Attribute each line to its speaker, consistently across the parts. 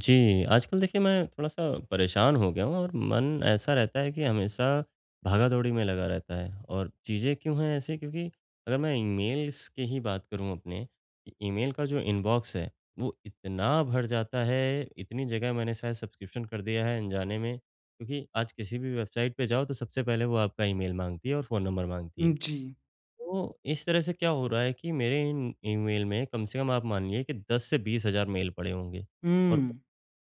Speaker 1: जी, आजकल देखिए मैं थोड़ा-सा परेशान हो गया हूँ और मन ऐसा रहता है कि हमेशा भागा-दौड़ी में लगा रहता है। और चीज़ें क्यों हैं ऐसी? क्योंकि अगर मैं ईमेल्स की ही बात करूँ अपने, कि ईमेल का जो इनबॉक्स है, वो इतना भर जाता है, इतनी जगह मैंने शायद सब्सक्रिप्शन कर दिया है अनजाने में, क्योंकि आज किसी भी वेबसाइट पे जाओ तो सबसे पहले वो आपका ईमेल माँगती है और फ़ोन नंबर माँगती है।
Speaker 2: जी।
Speaker 1: तो इस तरह से क्या हो रहा है कि मेरे इन ईमेल में कम से कम आप मानिए कि 10 से 20 हज़ार मेल पड़े होंगे। और
Speaker 2: हुँ।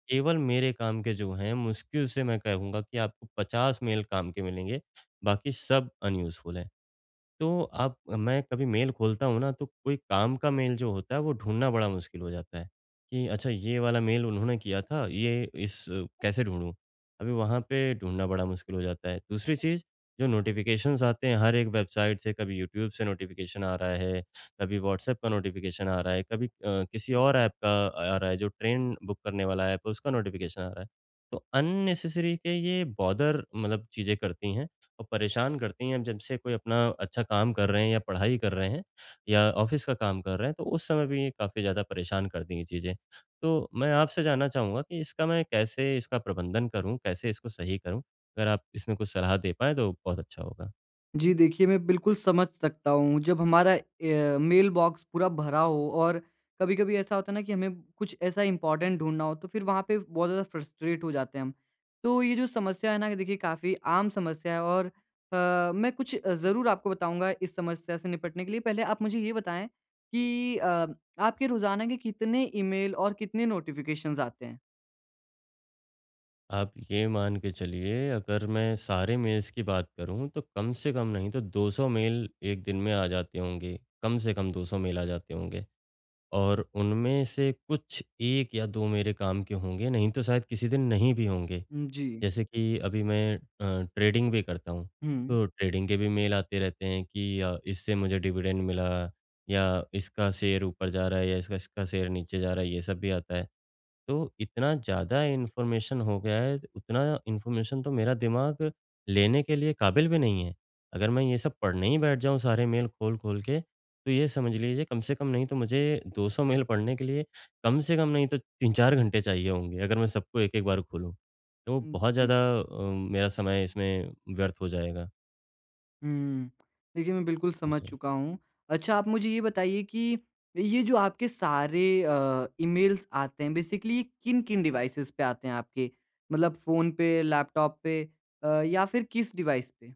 Speaker 1: केवल मेरे काम के जो हैं, मुश्किल से मैं कहूँगा कि आपको 50 मेल काम के मिलेंगे, बाकी सब अनयूज़फुल हैं। तो आप, मैं कभी मेल खोलता हूँ ना तो कोई काम का मेल जो होता है वो ढूँढना बड़ा मुश्किल हो जाता है कि अच्छा, ये वाला मेल उन्होंने किया था, ये इस कैसे ढूँढूँ? अभी वहाँ पे ढूँढना बड़ा मुश्किल हो जाता है। दूसरी चीज़, जो नोटिफ़िकेशंस आते हैं हर एक वेबसाइट से, कभी यूट्यूब से नोटिफ़िकेशन आ रहा है, कभी व्हाट्सएप का नोटिफ़िकेशन आ रहा है, कभी किसी और ऐप का आ रहा है, जो ट्रेन बुक करने वाला ऐप है उसका नोटिफ़िकेशन आ रहा है। तो अननेसेसरी के ये बॉदर मतलब चीज़ें करती हैं और परेशान करती हैं। अब जब से कोई अपना अच्छा काम कर रहे हैं या पढ़ाई कर रहे हैं या ऑफ़िस का काम कर रहे हैं, तो उस समय भी ये काफ़ी ज़्यादा परेशान कर दी ये चीज़ें। तो मैं आपसे जानना चाहूँगा कि इसका मैं कैसे इसका प्रबंधन करूँ? कैसे इसको सही करूँ? अगर आप इसमें कुछ सलाह दे पाएँ तो बहुत अच्छा होगा।
Speaker 2: जी, देखिए मैं बिल्कुल समझ सकता हूँ जब हमारा मेल बॉक्स पूरा भरा हो और कभी-कभी ऐसा होता है ना कि हमें कुछ ऐसा इम्पोर्टेंट ढूँढना हो तो फिर वहाँ पे बहुत ज़्यादा फ्रस्ट्रेट हो जाते हैं हम। तो ये जो समस्या है ना देखिए काफ़ी आम समस्या है और मैं कुछ ज़रूर आपको बताऊँगा इस समस्या से निपटने के लिए। पहले आप मुझे ये बताएँ कि आपके रोज़ाना के कितने ईमेल और कितने नोटिफ़िकेशंस आते हैं?
Speaker 1: आप ये मान के चलिए, अगर मैं सारे मेल्स की बात करूँ तो कम से कम नहीं तो 200 मेल 1 दिन में आ जाते होंगे। कम से कम 200 मेल आ जाते होंगे। और उनमें से कुछ 1 या 2 मेरे काम के होंगे, नहीं तो शायद किसी दिन नहीं भी होंगे।
Speaker 2: जी।
Speaker 1: जैसे कि अभी मैं ट्रेडिंग भी करता हूँ,
Speaker 2: हुँ।
Speaker 1: तो ट्रेडिंग के भी मेल आते रहते हैं कि इससे मुझे डिविडेंड मिला, या इसका शेयर ऊपर जा रहा है या इसका इसका शेयर नीचे जा रहा है, ये सब भी आता है। तो इतना ज़्यादा इन्फॉर्मेशन हो गया है, उतना इन्फॉर्मेशन तो मेरा दिमाग लेने के लिए काबिल भी नहीं है। अगर मैं ये सब पढ़ने ही बैठ जाऊँ सारे मेल खोल-खोल के, तो ये समझ लीजिए कम से कम नहीं तो मुझे 200 मेल पढ़ने के लिए कम से कम नहीं तो 3-4 घंटे चाहिए होंगे, अगर मैं सबको एक-एक बार खोलूँ। तो बहुत
Speaker 2: जी।
Speaker 1: ज़्यादा मेरा समय इसमें व्यर्थ हो जाएगा।
Speaker 2: हुँ। देखिए, मैं बिल्कुल समझ
Speaker 1: जी।
Speaker 2: चुका हूँ। अच्छा आप मुझे ये बताइए कि ये जो आपके सारे ईमेल्स आते हैं बेसिकली ये किन-किन डिवाइसेज़ पे आते हैं आपके? मतलब फ़ोन पे, लैपटॉप पे या फिर किस डिवाइस पे?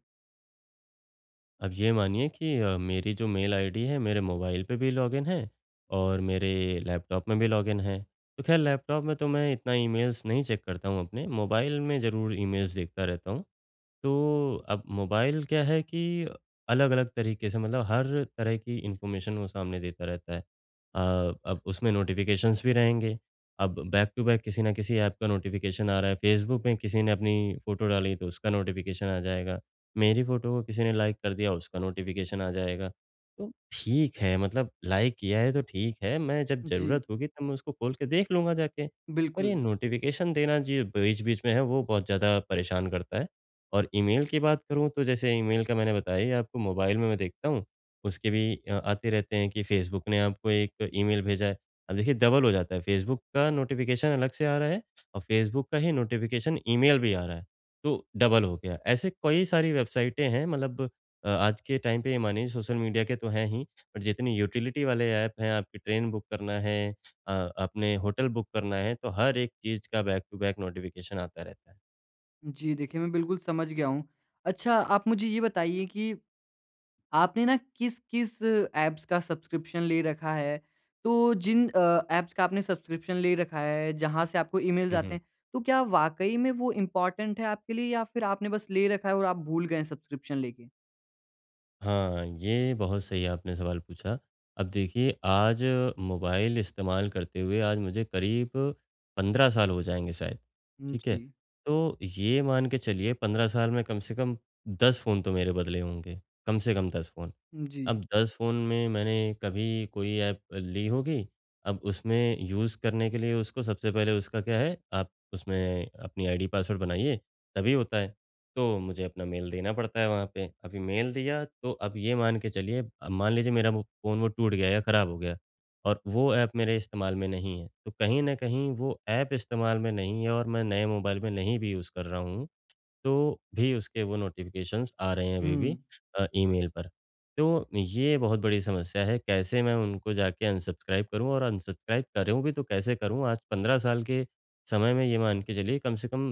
Speaker 1: अब ये मानिए कि मेरी जो मेल आईडी है, मेरे मोबाइल पे भी लॉगिन है और मेरे लैपटॉप में भी लॉगिन है। तो ख़ैर लैपटॉप में तो मैं इतना ईमेल्स नहीं चेक करता हूँ अपने, मोबाइल में ज़रूर ईमेल्स देखता रहता हूँ। तो अब मोबाइल क्या है कि अलग-अलग तरीके से, मतलब हर तरह की इन्फॉर्मेशन वो सामने देता रहता है। अ, अब उसमें नोटिफ़िकेशंस भी रहेंगे। अब बैक टू बैक किसी न किसी ऐप का नोटिफ़िकेशन आ रहा है। फ़ेसबुक में किसी ने अपनी फ़ोटो डाली तो उसका नोटिफ़िकेशन आ जाएगा। मेरी फ़ोटो को किसी ने लाइक कर दिया, उसका नोटिफ़िकेशन आ जाएगा। तो ठीक है, मतलब लाइक किया है तो ठीक है, मैं जब
Speaker 2: जी,
Speaker 1: ज़रूरत होगी तब मैं उसको खोल के देख लूँगा जाके। पर ये
Speaker 2: बिल्कुल।
Speaker 1: नोटिफ़िकेशन देना जी बीच-बीच में है, वो बहुत ज़्यादा परेशान करता है। और ईमेल की बात करूँ, तो जैसे ईमेल का मैंने बताया ही आपको, मोबाइल में मैं देखता हूँ, उसके भी आते रहते हैं कि फ़ेसबुक ने आपको एक ईमेल भेजा है। अब देखिए डबल हो जाता है, फ़ेसबुक का नोटिफ़िकेशन अलग से आ रहा है और फ़ेसबुक का ही नोटिफ़िकेशन ईमेल भी आ रहा है, तो डबल हो गया। ऐसे कई सारी वेबसाइटें हैं, मतलब आज के टाइम पे ये मानिए, सोशल मीडिया के तो हैं ही, पर जितनी यूटिलिटी वाले ऐप हैं, आपकी ट्रेन बुक करना है अपने होटल बुक करना है, तो हर एक चीज़ का बैक टू बैक नोटिफ़िकेशन आता रहता है।
Speaker 2: जी, देखिए मैं बिल्कुल समझ गया हूँ। अच्छा आप मुझे ये बताइए कि आपने ना किस-किस ऐप्स का सब्सक्रिप्शन ले रखा है? तो जिन ऐप्स का आपने सब्सक्रिप्शन ले रखा है, जहाँ से आपको ईमेल्स
Speaker 1: हुँ,
Speaker 2: आते
Speaker 1: हुँ।
Speaker 2: हैं, तो क्या वाक़ई में वो इम्पोर्टेंट है आपके लिए या फिर आपने बस ले रखा है और आप भूल गए हैं सब्सक्रिप्शन लेके?
Speaker 1: हाँ, ये बहुत सही आपने सवाल पूछा। अब देखिए, आज मोबाइल इस्तेमाल करते हुए आज मुझे करीब 15 साल हो जाएँगे शायद, ठीक है?
Speaker 2: जी,
Speaker 1: तो ये मान के चलिए 15 साल में कम से कम 10 फ़ोन तो मेरे बदले होंगे, कम से कम 10 फ़ोन।
Speaker 2: जी।
Speaker 1: अब 10 फ़ोन में मैंने कभी कोई ऐप ली होगी, अब उसमें यूज़ करने के लिए उसको सबसे पहले उसका क्या है, आप उसमें अपनी आईडी पासवर्ड बनाइए, तभी होता है। तो मुझे अपना मेल देना पड़ता है वहाँ पे। अभी मेल दिया, तो अब ये मान के चलिए, अब मान लीजिए मेरा वो फ़ोन वो टूट गया या ख़राब हो गया और वो ऐप मेरे इस्तेमाल में नहीं है, तो कहीं न कहीं वो ऐप इस्तेमाल में नहीं है और मैं नए मोबाइल में नहीं भी यूज़ कर रहा हूँ, तो भी उसके वो नोटिफ़िकेशंस आ रहे हैं अभी भी
Speaker 2: हुँ,
Speaker 1: ईमेल पर। तो ये बहुत बड़ी समस्या है, कैसे मैं उनको जाके अनसब्सक्राइब करूँ? और अनसब्सक्राइब करूँ भी तो कैसे करूँ? आज 15 साल के समय में ये मान के चलिए कम से कम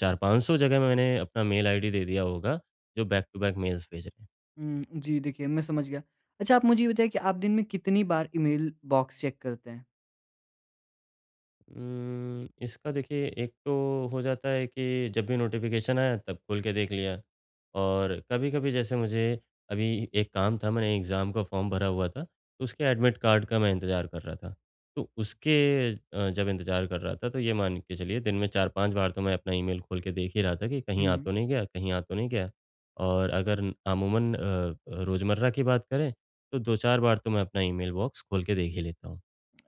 Speaker 1: 4-500 जगह मैंने अपना मेल आईडी दे दिया होगा, जो बैक टू बैक मेल्स भेज रहे हैं।
Speaker 2: हुँ, जी देखिए मैं समझ गया। अच्छा आप मुझे ये बताइए कि आप दिन में कितनी बार ईमेल बॉक्स चेक करते हैं?
Speaker 1: इसका देखिए, एक तो हो जाता है कि जब भी नोटिफ़िकेशन आया तब खोल के देख लिया। और कभी-कभी जैसे मुझे अभी एक काम था, मैंने एग्ज़ाम का फॉर्म भरा हुआ था, तो उसके एडमिट कार्ड का मैं इंतज़ार कर रहा था। तो उसके जब इंतज़ार कर रहा था, तो ये मान के चलिए दिन में 4-5 बार तो मैं अपना ईमेल खोल के देख ही रहा था कि कहीं
Speaker 2: हुँ।
Speaker 1: आ तो नहीं गया, कहीं आ तो नहीं गया। और अगर अमूमन रोज़मर्रा की बात करें, तो 2-4 बार तो मैं अपना ईमेल बॉक्स खोल के देख ही लेता हूँ।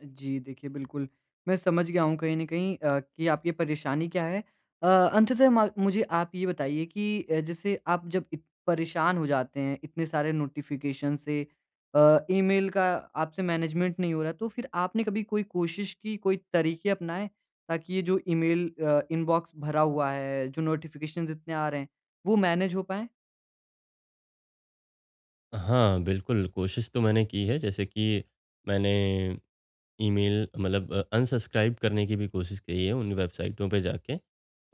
Speaker 2: जी, देखिए बिल्कुल, मैं समझ गया हूँ कहीं न कहीं कि आपकी परेशानी क्या है। अंततः म मुझे आप ये बताइए कि जैसे आप जब इत परेशान हो जाते हैं इतने सारे नोटिफ़िकेशन से ईमेल का आपसे मैनेजमेंट नहीं हो रहा है, तो फिर आपने कभी कोई कोशिश की, कोई तरीके अपनाए ताकि ये जो ईमेल इनबॉक्स भरा हुआ है, जो नोटिफ़िकेशंस इतने आ रहे हैं, वो मैनेज हो पाएँ?
Speaker 1: हाँ, बिल्कुल, कोशिश तो मैंने की है, जैसे कि मैंने ईमेल मतलब अनसब्सक्राइब करने की भी कोशिश की है उन वेबसाइटों पे जाके।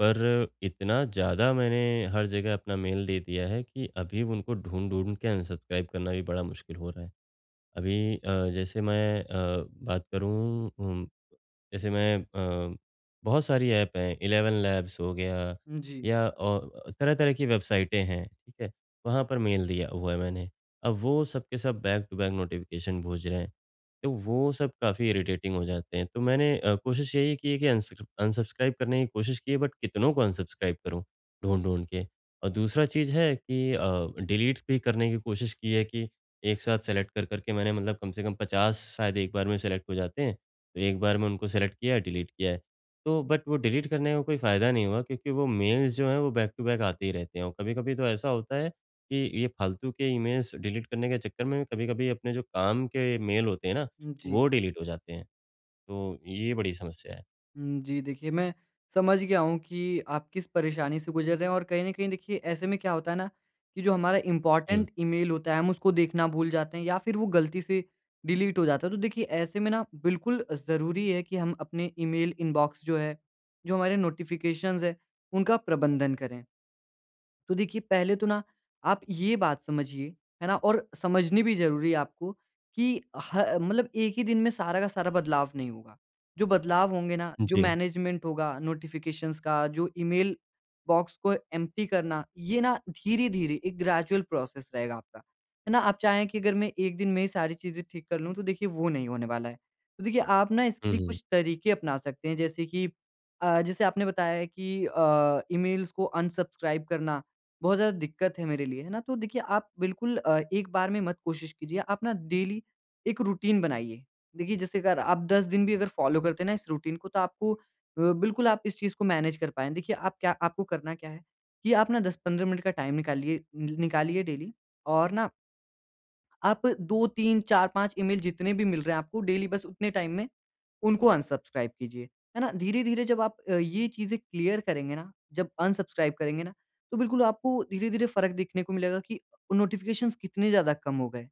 Speaker 1: पर इतना ज़्यादा मैंने हर जगह अपना मेल दे दिया है कि अभी उनको ढूँढ-ढूँढ के अनसब्सक्राइब करना भी बड़ा मुश्किल हो रहा है। अभी जैसे मैं बात करूँ जैसे मैं बहुत सारी ऐप हैं, 11 लैब्स हो गया
Speaker 2: जी,
Speaker 1: या औ तरह-तरह की वेबसाइटें हैं, ठीक है? वहाँ पर मेल दिया हुआ है मैंने। अब वो सब के सब बैक टू बैक नोटिफ़िकेशन भेज रहे हैं, तो वो सब काफ़ी इरिटेटिंग हो जाते हैं। तो मैंने कोशिश यही की है कि अनसब्सक्राइब करने की कोशिश की है, बट कितनों को अनसब्सक्राइब करूँ ढूँढ-ढूँढ के। और दूसरा चीज़ है कि डिलीट भी करने की कोशिश की है कि एक साथ सेलेक्ट कर के मैंने, मतलब कम से कम 50 शायद एक बार में सेलेक्ट हो जाते हैं, तो एक बार में उनको सेलेक्ट किया, है, डिलीट किया है। तो बट वो डिलीट करने का कोई फ़ायदा नहीं हुआ क्योंकि वो मेल्स जो हैं वो बैक टू बैक आते ही रहते हैं, और कभी-कभी तो ऐसा होता है कि ये फ़ालतू के ईमेल्स डिलीट करने के चक्कर में कभी-कभी अपने जो काम के मेल होते हैं ना,
Speaker 2: जी।
Speaker 1: वो डिलीट हो जाते हैं। तो ये बड़ी समस्या है।
Speaker 2: हुँ, जी, देखिए मैं समझ गया हूँ कि आप किस परेशानी से गुज़र रहे हैं और कहीं न कहीं देखिए ऐसे में क्या होता है ना कि जो हमारा
Speaker 1: हुँ,
Speaker 2: इम्पोर्टेंट ईमेल होता है हम उसको देखना भूल जाते हैं या फिर वो गलती से डिलीट हो जाता है। तो देखिए ऐसे में ना बिल्कुल ज़रूरी है कि हम अपने ईमेल इनबॉक्स जो है, जो हमारे नोटिफ़िकेशंस हैं, उनका प्रबंधन करें। तो देखिए पहले तो ना आप ये बात समझिए, है ना? और समझनी भी ज़रूरी है आपको कि ह मतलब एक ही दिन में सारा का सारा बदलाव नहीं होगा। जो बदलाव होंगे ना, जो
Speaker 1: जी।
Speaker 2: मैनेजमेंट होगा, नोटिफ़िकेशंस का, जो ईमेल बॉक्स को एम्प्टी करना, ये ना धीरे-धीरे एक ग्रेजुअल प्रोसेस रहेगा आपका। है ना? आप चाहें कि अगर मैं एक दिन में ही सारी चीज़ें ठीक कर लूँ, तो देखिए वो नहीं होने वाला है। तो देखिए आप ना इसके
Speaker 1: हुँ,
Speaker 2: लिए
Speaker 1: हुँ।
Speaker 2: कुछ तरीके अपना सकते हैं जैसे कि जैसे आपने बताया है कि ईमेल्स को अनसब्सक्राइब करना बहुत ज़्यादा दिक्कत है मेरे लिए, है ना? तो देखिए आप बिल्कुल एक बार में मत कोशिश कीजिए, आप ना डेली एक रूटीन बनाइए। देखिए जैसे अगर आप 10 दिन भी अगर फ़ॉलो करते हैं ना इस रूटीन को तो आपको बिल्कुल आप इस चीज़ को मैनेज कर पाएँ। देखिए आप क्या आपको करना क्या है कि आप ना 10-15 मिनट का टाइम निकालिए नि निकालिए डेली और ना आप 2, 3, 4, 5 ईमेल जितने भी मिल रहे हैं आपको डेली बस उतने टाइम में उनको अनसब्सक्राइब कीजिए, है ना? धीरे-धीरे जब आप ये चीज़ें क्लियर करेंगे ना, जब अनसब्सक्राइब करेंगे ना, तो बिल्कुल आपको धीरे-धीरे फ़र्क दिखने को मिलेगा कि नोटिफ़िकेशंस कितने ज़्यादा कम हो गए,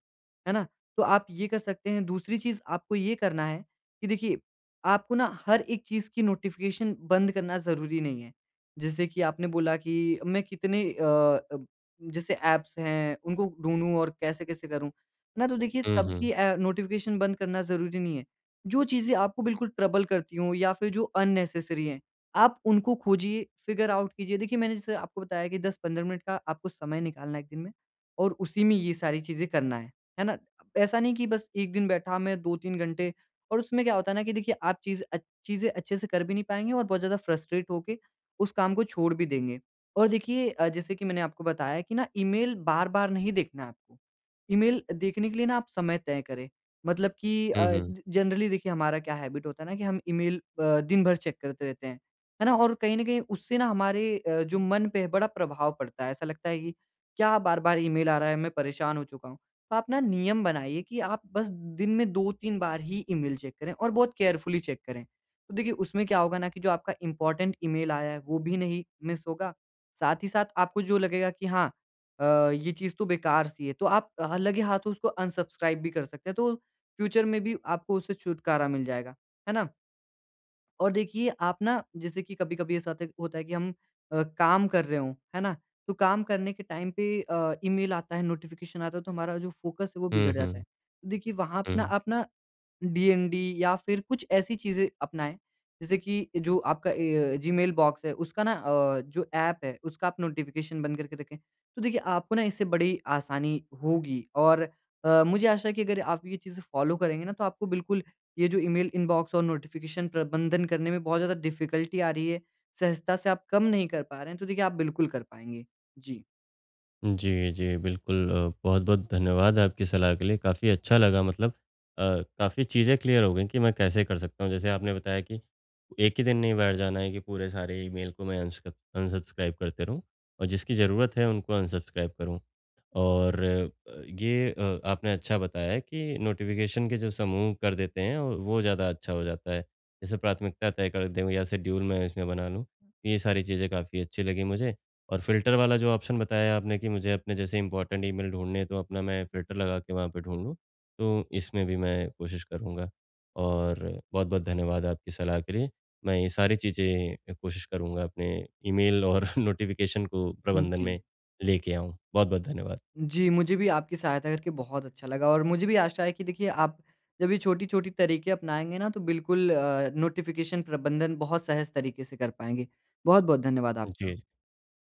Speaker 2: है ना? तो आप ये कर सकते हैं। दूसरी चीज़ आपको ये करना है कि देखिए, आपको ना हर एक चीज़ की नोटिफ़िकेशन बंद करना ज़रूरी नहीं है। जैसे कि आपने बोला कि मैं कितने अ, जैसे ऐप्स हैं, उनको ढूँढूँ और कैसे-कैसे करूँ, है ना? तो देखिए
Speaker 1: हुँ,
Speaker 2: सबकी
Speaker 1: हुँ।
Speaker 2: नोटिफ़िकेशन बंद करना ज़रूरी नहीं है। जो चीज़ें आपको बिल्कुल ट्रबल करती हों या फिर जो अननेसेसरी हैं, आप उनको खोजिए, फिगर आउट कीजिए। देखिए, मैंने जैसे आपको बताया कि 10-15 मिनट का आपको समय निकालना है 1 दिन में और उसी में ये सारी चीज़ें करना है ना? ऐसा नहीं कि बस 1 दिन बैठा मैं 2-3 घंटे और उसमें क्या होता है ना कि देखिए आप चीज़ें अच्छे से कर भी नहीं पाएँगे और बहुत ज़्यादा फ्रस्ट्रेट होके उस काम को छोड़ भी देंगे। और देखिए जैसे कि मैंने आपको बताया कि ना ईमेल बार-बार नहीं देखना है आपको। ईमेल देखने के लिए ना आप समय तय करें। मतलब कि अ,
Speaker 1: हुँ, हुँ।
Speaker 2: ज जनरली देखिए हमारा क्या हैबिट होता है ना कि हम ईमेल दिन भर चेक करते रहते हैं, है ना? और कहीं न कहीं उससे ना हमारे जो मन पे है बड़ा प्रभाव पड़ता है। ऐसा लगता है कि क्या बार-बार ईमेल आ रहा है, मैं परेशान हो चुका हूँ। तो आप ना नियम बनाइए कि आप बस दिन में 2-3 बार ही ईमेल चेक करें और बहुत केयरफुली चेक करें। तो देखिए उसमें क्या होगा ना कि जो आपका इम्पोर्टेंट ईमेल आया है वो भी नहीं मिस होगा, साथ ही साथ आपको जो लगेगा कि हाँ ये चीज़ तो बेकार सी है, तो आप लगे हाथों उसको अनसब्सक्राइब भी कर सकते हैं। तो फ्यूचर में भी आपको उससे छुटकारा मिल जाएगा, है ना? और देखिए आप ना जैसे कि कभी-कभी ऐसा होता है कि हम काम कर रहे हों, है ना? तो काम करने के टाइम पे ईमेल आता है, नोटिफ़िकेशन आता है तो हमारा जो फ़ोकस है वो
Speaker 1: हुँ,
Speaker 2: बिगड़ जाता है।
Speaker 1: हुँ।
Speaker 2: तो देखिए वहाँ पे ना
Speaker 1: हुँ।
Speaker 2: आप ना डीएनडी या फिर कुछ ऐसी चीज़ें अपनाएँ, जैसे कि जो आपका जीमेल बॉक्स है, उसका ना जो ऐप है, उसका आप नोटिफ़िकेशन बंद करके रखें। तो देखिए, आपको ना इससे बड़ी आसानी होगी और मुझे आशा है कि अगर आप ये चीज़ें फ़ॉलो करेंगे ना, तो आपको बिल्कुल ये जो ईमेल इनबॉक्स और नोटिफ़िकेशन प्रबंधन करने में बहुत ज़्यादा डिफ़िकल्टी आ रही है, सहजता से आप कम नहीं कर पा रहे हैं, तो देखिए, आप बिल्कुल कर पाएँगे। जी।
Speaker 1: जी, जी, बिल्कुल बहुत-बहुत धन्यवाद आपकी सलाह के लिए। काफ़ी अच्छा लगा, मतलब अ, काफ़ी चीज़ें क्लियर हो गई कि मैं कैसे कर सकता हूँ। जैसे आपने बताया कि एक ही दिन नहीं बैठ जाना है कि पूरे सारे ईमेल को मैं अनस्क अनसब्सक्राइब करते रहूँ और जिसकी ज़रूरत है उनको अनसब्सक्राइब करूँ। और ये आपने अच्छा बताया है कि नोटिफ़िकेशन के जो समूह कर देते हैं और वो ज़्यादा अच्छा हो जाता है। जैसे प्राथमिकता तय कर दूँ या शेड्यूल मैं इसमें बना लूँ। ये सारी चीज़ें काफ़ी अच्छी लगी मुझे, और फ़िल्टर वाला जो ऑप्शन बताया आपने कि मुझे अपने जैसे इम्पोर्टेंट ईमेल ढूँढने हैं तो अपना मैं फ़िल्टर लगा के वहाँ पे ढूँढ लूँ। तो इसमें भी मैं कोशिश करूँगा और बहुत-बहुत धन्यवाद आपकी सलाह के लिए। मैं ये सारी चीज़ें कोशिश करूँगा अपने ईमेल और नोटिफ़िकेशन को
Speaker 2: हुँ,
Speaker 1: प्रबंधन
Speaker 2: जी।
Speaker 1: में लेके आऊँ। बहुत-बहुत धन्यवाद।
Speaker 2: जी, मुझे भी आपकी सहायता करके बहुत अच्छा लगा और मुझे भी आशा है कि देखिए आप जब ये छोटी-छोटी तरीके अपनाएँगे ना तो बिल्कुल नोटिफ़िकेशन प्रबंधन बहुत सहज तरीके से कर पाएँगे। बहुत-बहुत धन्यवाद आपका।
Speaker 1: जी,